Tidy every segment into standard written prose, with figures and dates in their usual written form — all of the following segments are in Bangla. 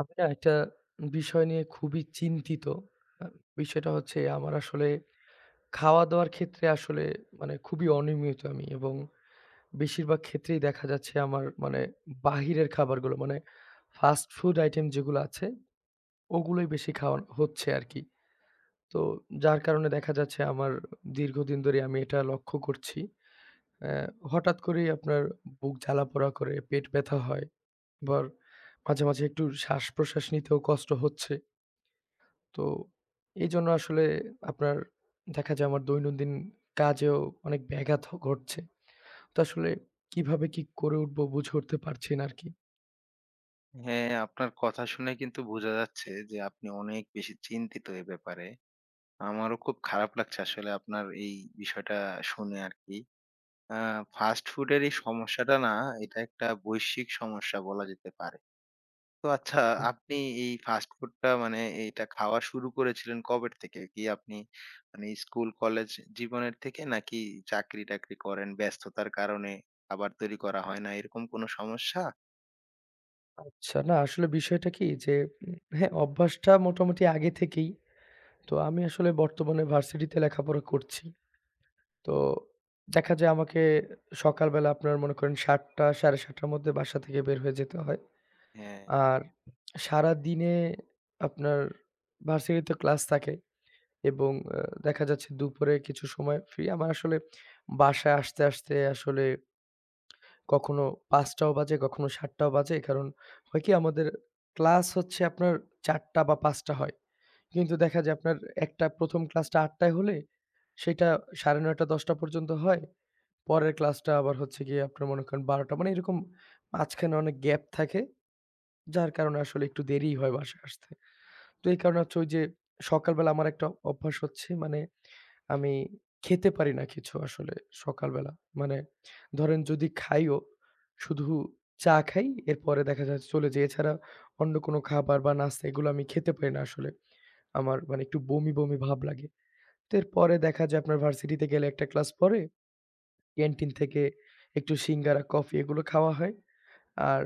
আমি না একটা বিষয় নিয়ে খুবই চিন্তিত। আ বিষয়টা হচ্ছে আমার আসলে খাওয়া-দাওয়ার ক্ষেত্রে আসলে মানে খুবই অনিয়মিত আমি এবং বেশিরভাগ ক্ষেত্রেই দেখা যাচ্ছে আমার মানে বাহিরের খাবারগুলো মানে ফাস্ট ফুড আইটেম যেগুলো আছে ওগুলোই বেশি খাওয়া হচ্ছে আরকি। তো যার কারণে দেখা যাচ্ছে আমার দীর্ঘদিন ধরে আমি এটা লক্ষ্য করছি। অ্যা হঠাৎ করেই আপনার বুক জ্বালা-পোড়া করে, পেট ব্যথা হয়। আবার মাঝে, মাঝে একটু শ্বাস-প্রশ্বাস নিতেও কষ্ট হচ্ছে। তো এইজন্য আসলে আপনার দেখা যায় আমার দৈনন্দিন কাজেও অনেক ব্যাঘাত ঘটছে। তো আসলে কিভাবে কি করে উঠবো বুঝে উঠতে পারছি না আরকি। হ্যাঁ, আপনার কথা শুনে কিন্তু বোঝা যাচ্ছে যে আপনি অনেক বেশি চিন্তিত এ ব্যাপারে। আমারও খুব খারাপ লাগছে আসলে আপনার এই বিষয়টা শুনে আরকি। আ ফাস্ট ফুডের এই সমস্যাটা না, এটা একটা বৈশ্বিক সমস্যা বলা যেতে পারে। তো আচ্ছা, হ্যাঁ। আপনি এই ফাস্ট ফুডটা মানে এইটা খাওয়া শুরু করেছিলেন কবের থেকে? কি আপনি মানে স্কুল, কলেজ জীবনের থেকে নাকি চাকরি-টাকরি করেন, ব্যস্ততার কারণে খাবার তৈরি করা হয় না এরকম কোনো সমস্যা? আচ্ছা না আসলে বিষয়টা কি যে হ্যাঁ, অভ্যাসটা মোটামুটি আগে থেকেই। তো আমি আসলে বর্তমানে ভার্সিটিতে লেখাপড়া করছি। তো দেখা যায় আমাকে সকালবেলা আপনার মনে করেন ৭ঃ০০ ৭ঃ৩০ র মধ্যে বাসা থেকে বের হয়ে যেতে হয়। হ্যাঁ। আর সারাদিনে আপনার ভার্সিটিতে ক্লাস থাকে। এবং দেখা যাচ্ছে দুপুরে কিছু সময় ফ্রি। আমার আসলে বাসায় আসতে, আসতে আসলে কখনো ৫টাও বাজে, কখনো ৭টাও বাজে। কারণ হয় কি আমাদের ক্লাস হচ্ছে আপনার ৪টা বা ৫টা হয়। কিন্তু দেখা যায় আপনার একটা ১ম ক্লাসটা ৮টায় হলে সেটা ৯:৩০ ১০টা পর্যন্ত হয়। পরের ক্লাসটা আবার হচ্ছে গিয়ে আপনার মনে করেন ১২টা মানে এরকম মাঝখানে অনেক গ্যাপ থাকে। যার কারণে আসলে একটু দেরিই হয় বাসায় আসতে। তো এই কারণে হচ্ছে ওই যে সকালবেলা আমার একটা অভ্যাস হচ্ছে মানে আমি খেতে পারি না কিছু আসলে সকালবেলা। মানে ধরেন যদি খাইও, শুধু চা খাই। এরপরে দেখা যায় চলে যাই। এছাড়া অন্য কোনো খাবার বা নাস্তা এগুলো আমি খেতে পারি না আসলে। আমার মানে একটু বমি, বমি ভাব লাগে। তো এরপরে দেখা যায় আপনার ভার্সিটিতে গেলে একটা ক্লাস পরে ক্যান্টিন থেকে একটু সিঙ্গারা, কফি এগুলো খাওয়া হয়। আর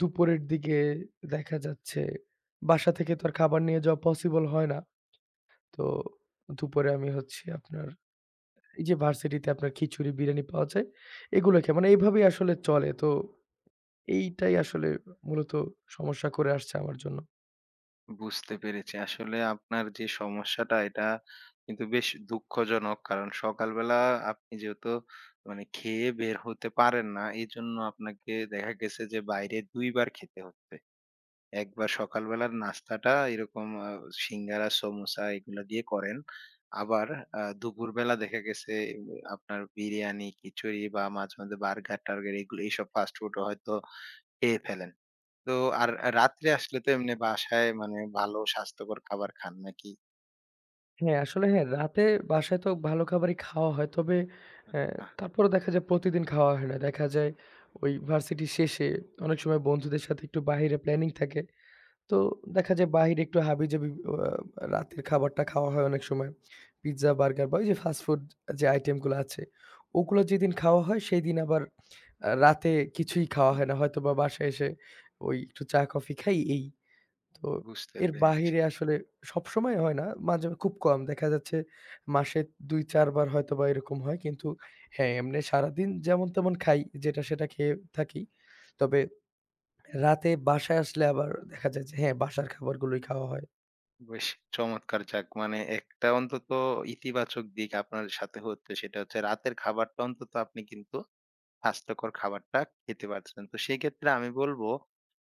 দুপুরের দিকে দেখা যাচ্ছে বাসা থেকে তো আর খাবার নিয়ে যাওয়া পসিবল হয় না। তো দুপুরে আমি হচ্ছে আপনার এই যে ভার্সিটিতে আপনার খিচুড়ি, বিরিয়ানি পাওয়া যায়, এগুলো খেয়ে মানে এভাবেই আসলে চলে। তো এইটাই আসলে মূলত সমস্যা করে আসছে আমার জন্য। বুঝতে পেরেছি। আসলে আপনার যে সমস্যাটা এটা কিন্তু বেশ দুঃখজনক। কারণ সকালবেলা আপনি যেহেতু মানে খেয়ে বের হতে পারেন না, এজন্য আপনাকে দেখা গেছে যে বাইরে ২ বার খেতে হচ্ছে। একবার সকালবেলার নাস্তাটা এরকম সিঙ্গারা, সমোসা এগুলা দিয়ে করেন। আবার দুপুরবেলা দেখা গেছে উম, আপনার বিরিয়ানি, খিচুড়ি বা মাঝে মধ্যে বার্গার-টার্গার এগুলো এইসব ফাস্ট ফুডও হয়তো খেয়ে ফেলেন। তো আর রাত্রে আসলে তো এমনি বাসায় মানে ভালো স্বাস্থ্যকর খাবার খান নাকি? হ্যাঁ, আসলে হ্যাঁ, রাতে বাসায় তো ভালো খাবারই খাওয়া হয়। তবে অ্যা বাহ! তারপরও দেখা যায় প্রতিদিন খাওয়া হয় না। দেখা যায় ওই ভার্সিটি শেষে অনেক সময় বন্ধুদের সাথে একটু বাহিরে প্ল্যানিং থাকে। তো দেখা যায় বাহিরে একটু হাবিজাবি রাতের খাবারটা খাওয়া হয় অনেক সময়। পিজ্জা, বার্গার বা ওই যে ফাস্ট ফুড যে আইটেমগুলো আছে, ওগুলো যেদিন খাওয়া হয় সেদিন আবার রাতে কিছুই খাওয়া হয় না। হয়তোবা বাসায় এসে ওই একটু চা কফি খাই এই। তো বুঝতে এর পেরেছি। বাহিরে আসলে সবসময় হয় না। মাঝে খুব কম দেখা যাচ্ছে মাসে ২-৪ বার হয়তোবা এরকম হয়। কিন্তু হ্যাঁ, এমনি সারাদিন যেমন তেমন খাই যেটা সেটা খেয়ে থাকি। তবে রাতে বাসায় আসলে আবার দেখা যায় যে হ্যাঁ, বাসার খাবারগুলোই খাওয়া হয়। বেশ চমৎকার। যাক, মানে একটা অন্তত ইতিবাচক দিক আপনার সাথে হচ্ছে, সেটা হচ্ছে রাতের খাবারটা অন্তত আপনি কিন্তু স্বাস্থ্যকর খাবারটা খেতে পারছেন। তো সেক্ষেত্রে আমি বলবো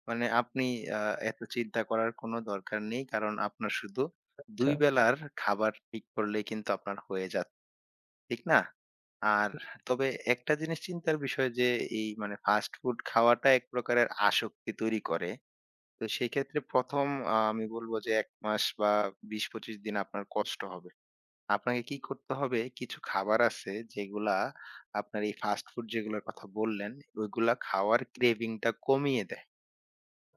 মানে আপনি আ এত চিন্তা করার কোনো দরকার নেই। কারণ আপনার শুধু ২ আচ্ছা, বেলার খাবার ঠিক করলেই কিন্তু আপনার হয়ে যাচ্ছে। ঠিক না? আর তবে একটা জিনিস চিন্তার বিষয় যে এই মানে ফাস্ট ফুড খাওয়াটা এক প্রকারের আসক্তি তৈরি করে। তো সেক্ষেত্রে ১ম আমি বলব যে ১ মাস বা ২০-২৫ দিন আপনার কষ্ট হবে। আপনাকে কি করতে হবে? কিছু খাবার আছে যেগুলা আপনার এই ফাস্ট ফুড যেগুলার কথা বললেন, ওইগুলা খাওয়ার craving টা কমিয়ে দেয়।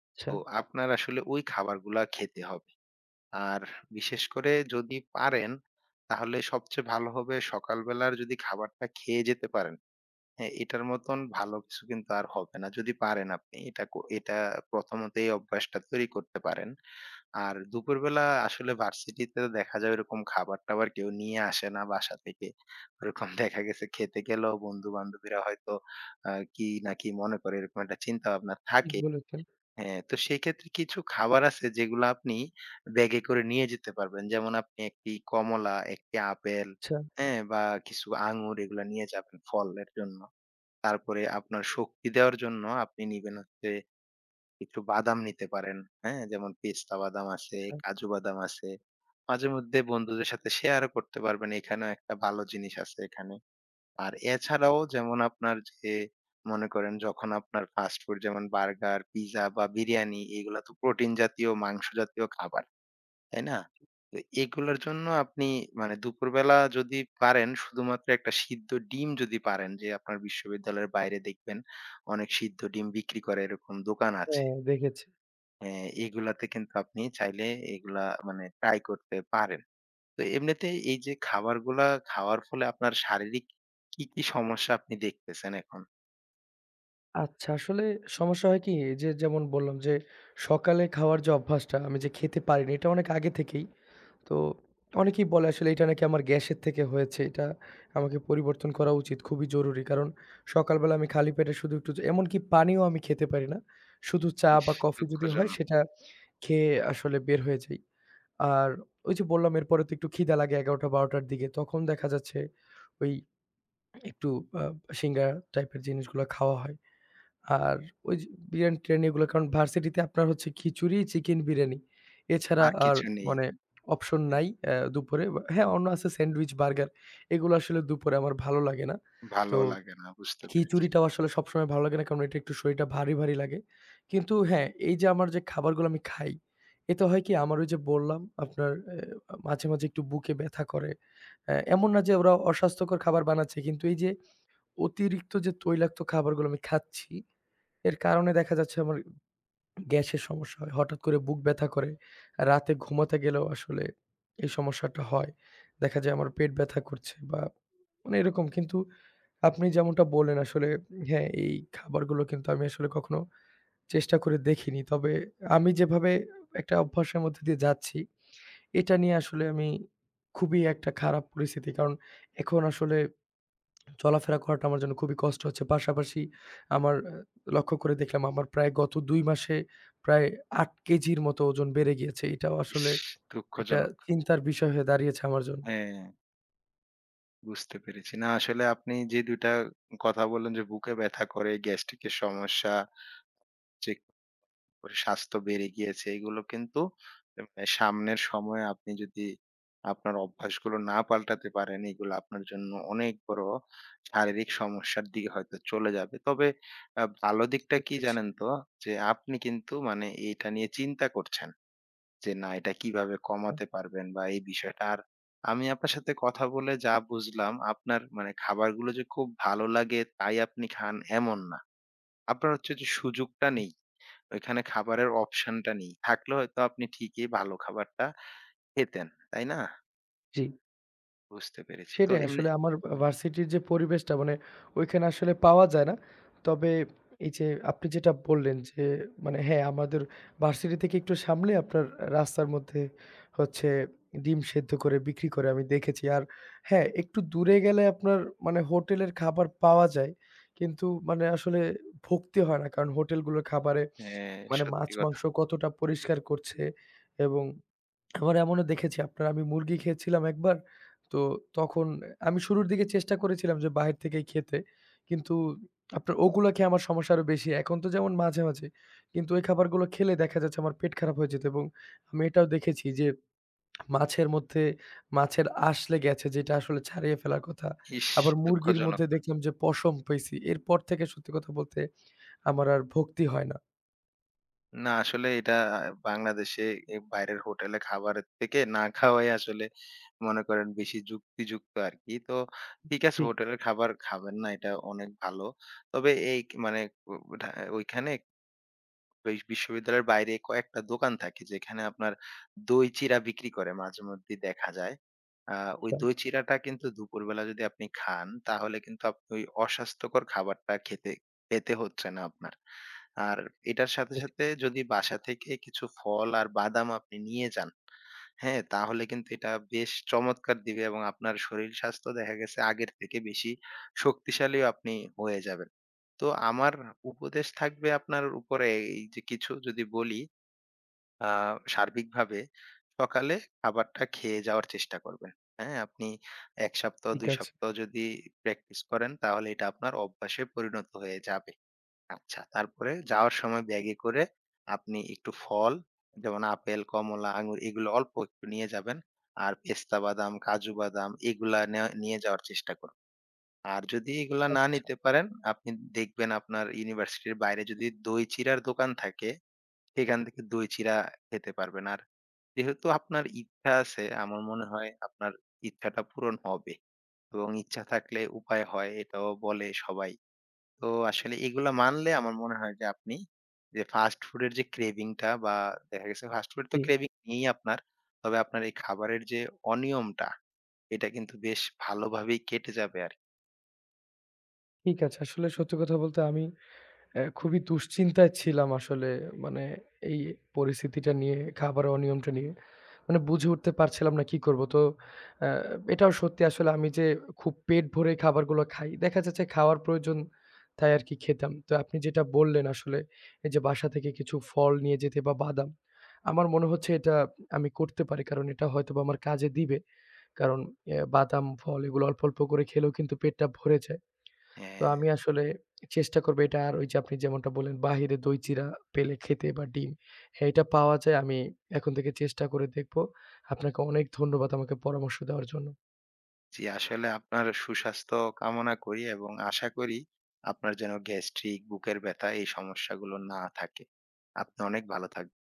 আচ্ছা। তো আপনার আসলে ওই খাবারগুলা খেতে হবে। আর বিশেষ করে যদি পারেন তাহলে সবচেয়ে ভালো হবে সকালবেলার যদি খাবারটা খেয়ে যেতে পারেন। হ্যাঁ, এটার মতন ভালো কিছু কিন্তু আর হবে না। যদি পারেন আপনি এটা প্রথমত এই অভ্যাসটা তৈরি করতে পারেন। আর দুপুরবেলা আসলে ভার্সিটিতে দেখা যায় ওরকম খাবার-টাবার কেউ নিয়ে আসে না বাসা থেকে। ওরকম দেখা গেছে খেতে গেলেও বন্ধু-বান্ধবীরা হয়তো কি না কি মনে করে এরকম একটা চিন্তাভাবনা ঠিক থাকে। বলেছেন। হ্যাঁ, তো সেক্ষেত্রে কিছু খাবার আছে যেগুলো আপনি ব্যাগে করে নিয়ে যেতে পারবেন। যেমন আপনি একটি কমলা, একটি আপেল, আচ্ছা, হ্যাঁ? বা কিছু আঙুর, এগুলা নিয়ে যাবেন ফলের জন্য। তারপরে আপনার শক্তি দেওয়ার জন্য আপনি নিবেন হচ্ছে একটু বাদাম নিতে পারেন। হ্যাঁ? যেমন পেস্তা বাদাম আছে, আচ্ছা। কাজু বাদাম আছে। মাঝে মধ্যে বন্ধুদের সাথে শেয়ারও করতে পারবেন। এখানেও একটা ভালো জিনিস আছে এখানে। আর এছাড়াও যেমন আপনার যে মনে করেন যখন আপনার ফাস্ট ফুড যেমন বার্গার, পিজ্জা বা বিরিয়ানি এগুলা তো প্রোটিন জাতীয়, মাংস জাতীয় খাবার। তাই না? তো এগুলোর জন্য আপনি মানে দুপুরবেলা যদি পারেন শুধুমাত্র একটা সিদ্ধ ডিম, যদি পারেন। যে আপনার বিশ্ববিদ্যালয়ের বাইরে দেখবেন অনেক সিদ্ধ ডিম বিক্রি করে, এরকম দোকান আছে। হ্যাঁ, দেখেছি। হ্যাঁ, এগুলাতে কিন্তু আপনি চাইলে এগুলা মানে ট্রাই করতে পারেন। তো এমনিতে এই যে খাবারগুলা খাওয়ার ফলে আপনার শারীরিক কি, কি সমস্যা আপনি দেখতেছেন এখন? আচ্ছা, আসলে সমস্যা হয় কি? এই যে যেমন বললাম যে সকালে খাওয়ার যে অভ্যাসটা আমি যে খেতে পারিনি এটা অনেক আগে থেকেই। তো অনেকেই বলে আসলে এটা নাকি আমার গ্যাসের থেকে হয়েছে। এটা আমাকে পরিবর্তন করা উচিত। খুবই জরুরি। কারণ সকালবেলা আমি খালি পেটে শুধু একটু এমনকি পানিও আমি খেতে পারি না। শুধু চা ইস! বা কফি যদি হয় দুঃখজনক। সেটা খেয়ে আসলে বের হয়ে যাই। আর ওই যে বললাম এরপরে তো একটু খিদা লাগে ১১ঃ০০-১২ঃ০০ র দিকে। তখন দেখা যাচ্ছে ওই একটু আ সিঙ্গারা টাইপের জিনিসগুলো খাওয়া হয়। আর ওই যে বিরিয়ানি-টিরিয়ানি এগুলো কারণ ভার্সিটিতে আপনার হচ্ছে খিচুড়ি, চিকেন বিরিয়ানি। এছাড়া আর আর কিছু নেই। মানে অপশন হ্যাঁ, নাই দুপুরে। হ্যাঁ, অন্য আছে স্যান্ডউইচ, বার্গার। এগুলো আসলে দুপুরে আমার ভালো লাগে না। তো ভালো লাগে না বুঝতে পেরেছি। খিচুড়িটাও আসলে সবসময় ভালো লাগে না। কারণ এটা একটু শরীরটা ভারী, ভারী লাগে। কিন্তু হ্যাঁ, এই যে আমার যে খাবারগুলো আমি খাই, এতে হয় কি আমার ওই যে বললাম আপনার এ মাঝে, মাঝে একটু বুকে ব্যথা করে। এমন না যে ওরা অস্বাস্থ্যকর খাবার বানাচ্ছে। কিন্তু এই যে অতিরিক্ত যে তৈলাক্ত খাবারগুলো আমি খাচ্ছি, এর কারণে দেখা যাচ্ছে আমার গ্যাসের সমস্যা হয়। হঠাৎ করে বুক ব্যথা করে। রাতে ঘুমাতে গেলেও আসলে এই সমস্যাটা হয়। দেখা যায় আমার পেট ব্যথা করছে বা মানে এরকম। কিন্তু আপনি যেমনটা বললেন আসলে হ্যাঁ, এই খাবারগুলো কিন্তু আমি আসলে কখনো চেষ্টা করে দেখিনি। তবে আমি যেভাবে একটা অভ্যাসের মধ্যে দিয়ে যাচ্ছি, এটা নিয়ে আসলে আমি খুবই একটা খারাপ পরিস্থিতি। কারণ এখন আসলে চলাফেরা করাটা আমার জন্য খুবই কষ্ট হচ্ছে। পাশাপাশি আমার লক্ষ্য করে দেখলাম আমার প্রায় গত ২ মাসে প্রায় ৮ কেজির মতো ওজন বেড়ে গিয়েছে। এটাও ইস! আসলে একটা দুঃখজনক। চিন্তার বিষয় হয়ে দাঁড়িয়েছে আমার জন্য। হ্যাঁ। বুঝতে পেরেছি। না আসলে আপনি যে ২ টা কথা বললেন যে বুকে ব্যথা করে, গ্যাস্ট্রিকের সমস্যা, যে করে স্বাস্থ্য বেড়ে গিয়েছে, এগুলো কিন্তু মানে সামনের সময়ে আপনি যদি আপনার অভ্যাসগুলো না পাল্টাতে পারেন, এগুলো আপনার জন্য অনেক বড় শারীরিক সমস্যার দিকে হয়তো চলে যাবে। তবে ভালো বুঝতে দিকটা কি পেরেছি। জানেন তো? যে আপনি কিন্তু মানে এটা নিয়ে চিন্তা করছেন। যে না, এটা কিভাবে কমাতে পারবেন বা এই বিষয়টা। আর আমি আপনার সাথে কথা বলে যা বুঝলাম, আপনার মানে খাবারগুলো যে খুব ভালো লাগে তাই আপনি খান এমন না। আপনার হচ্ছে যে সুযোগটা নেই। ওইখানে খাবারের অপশনটা নেই। থাকলে হয়তো আপনি ঠিকই ভালো খাবারটা খেতেন। তাই না? জি। বুঝতে পেরেছি। তো সেটাই এমনি আসলে আমার ভার্সিটির যে পরিবেশটা মানে ওইখানে আসলে পাওয়া যায় না। তবে এই যে আপনি যেটা বললেন যে মানে হ্যাঁ, আমাদের ভার্সিটি থেকে একটু সামনে আপনার রাস্তার মধ্যে হচ্ছে ডিম সেদ্ধ করে বিক্রি করে আমি দেখেছি। আর হ্যাঁ, একটু দূরে গেলে আপনার মানে হোটেলের খাবার পাওয়া যায়। কিন্তু মানে আসলে ভুগতে হয় না। কারণ হোটেলগুলোর খাবারে হ্যাঁ, মানে সত্যি মাছ, কথা। মাংস কতটা পরিষ্কার করছে এবং আবার এমনও দেখেছি আপনার আমি মুরগি খেয়েছিলাম একবার। তো তখন আমি শুরুর দিকে চেষ্টা করেছিলাম যে বাহির থেকেই খেতে। কিন্তু আপনার ওগুলা খেয়ে আমার সমস্যা আরো বেশি। এখন তো যেমন মাঝে, মাঝে। কিন্তু ওই খাবারগুলো খেলে দেখা যাচ্ছে আমার পেট খারাপ হয়ে যেত এবং আমি এটাও দেখেছি যে মাছের মধ্যে মাছের আঁশ লেগে আছে যেটা আসলে ছাড়িয়ে ফেলার কথা। ইস! আবার মুরগির দুঃখজনক। মধ্যে দেখলাম যে পশম পেয়েছি। এরপর থেকে সত্যি কথা বলতে আমার আর ভক্তি হয় না। না আসলে এটা বাংলাদেশে এ বাইরের হোটেলে খাবারের থেকে না খাওয়াই আসলে মনে করেন বেশি যুক্তিযুক্ত আর কি। তো ঠিক আছে, ঠিক, হোটেলের খাবার খাবেন না, এটা অনেক ভালো। তবে এই কি মানে ও ঢা ওইখানে বিশ্ববিদ্যালয়ের বাইরে কয়েকটা দোকান থাকে যেখানে আপনার দই চিড়া বিক্রি করে মাঝেমধ্যেই দেখা যায়। আ ওই দই চিড়াটা কিন্তু দুপুরবেলা যদি আপনি খান তাহলে কিন্তু আপনি ওই অস্বাস্থ্যকর খাবারটা খেতে পেতে হচ্ছে না আপনার। আর এটার সাথে, আছে, সাথে যদি বাসা থেকে কিছু ফল আর বাদাম আপনি নিয়ে যান, হ্যাঁ? তাহলে কিন্তু এটা বেশ চমৎকার দিবে এবং আপনার শরীর স্বাস্থ্য দেখা গেছে আগের থেকে বেশি শক্তিশালীও আপনি হয়ে যাবেন। তো আমার উপদেশ থাকবে আপনার উপরে এই যে কিছু যদি বলি, সার্বিকভাবে সকালে খাবারটা খেয়ে যাওয়ার চেষ্টা করবেন। হ্যাঁ, আপনি ১ সপ্তাহ ঠিক ২ আছে। সপ্তাহ যদি প্র্যাকটিস করেন তাহলে এটা আপনার অভ্যাসে পরিণত হয়ে যাবে। আচ্ছা, তারপরে যাওয়ার সময় ব্যাগে করে আপনি একটু ফল যেমন আপেল, কমলা, আঙুর এগুলো অল্প একটু নিয়ে যাবেন। আর পেস্তা বাদাম, কাজু বাদাম এগুলা নিয়ে যাওয়ার চেষ্টা করুন। আর যদি এগুলা না আচ্ছা, নিতে পারেন, আপনি দেখবেন আপনার ইউনিভার্সিটির বাইরে যদি দই চিড়ার দোকান থাকে, সেখান থেকে দই চিড়া খেতে পারবেন। আর যেহেতু আপনার ইচ্ছা আছে, আমার মনে হয় আপনার ইচ্ছাটা পূরণ হবে এবং ইচ্ছা থাকলে উপায় হয় এটাও বলে সবাই। তো আসলে এগুলা মানলে আমার মনে হয় যে আপনি যে ফাস্ট ফুডের যে ক্রেভিং টা বা দেখা গেছে ফাস্ট ফুড তো ঠিক, ক্রেভিং নেই আপনার। তবে আপনার এই খাবারের যে অনিয়মটা, এটা কিন্তু বেশ ভালোভাবেই কেটে যাবে আরকি। ঠিক আছে। আসলে সত্যি কথা বলতে আমি খুবই দুশ্চিন্তায় ছিলাম আসলে মানে এই পরিস্থিতিটা নিয়ে, খাবারের অনিয়মটা নিয়ে। মানে বুঝে উঠতে পারছিলাম না কি করব। তো অ্যা এটাও সত্যি আসলে আমি যে খুব পেট ভরে খাবারগুলো খাই, দেখা যাচ্ছে খাওয়ার প্রয়োজন তাই আরকি খেতাম। তো আপনি যেটা বললেন আসলে এই যে বাসা থেকে কিছু ফল নিয়ে যেতে বা বাদাম, আমার মনে হচ্ছে এটা আমি করতে পারি। কারণ এটা হয়তোবা আমার কাজে দিবে। কারণ বাদাম, ফল এগুলো অল্প, অল্প করে খেলেও কিন্তু পেটটা ভরে যায়। তো হ্যাঁ। আমি আসলে চেষ্টা করব এটা আর ওই যে আপনি যেমনটা বললেন বাহিরে দই চিরা পেলে খেতে বা ডিম। হ্যাঁ, এটা পাওয়া যায়। আমি এখন থেকে চেষ্টা করে দেখব। আপনাকে অনেক ধন্যবাদ আমাকে পরামর্শ দেওয়ার জন্য। জি, আসলে আপনার সুস্বাস্থ্য কামনা করি এবং আশা করি আপনার যেন গ্যাস্ট্রিক, বুকের ব্যথা এই সমস্যাগুলো না থাকে। আপনি অনেক ভালো থাকবেন।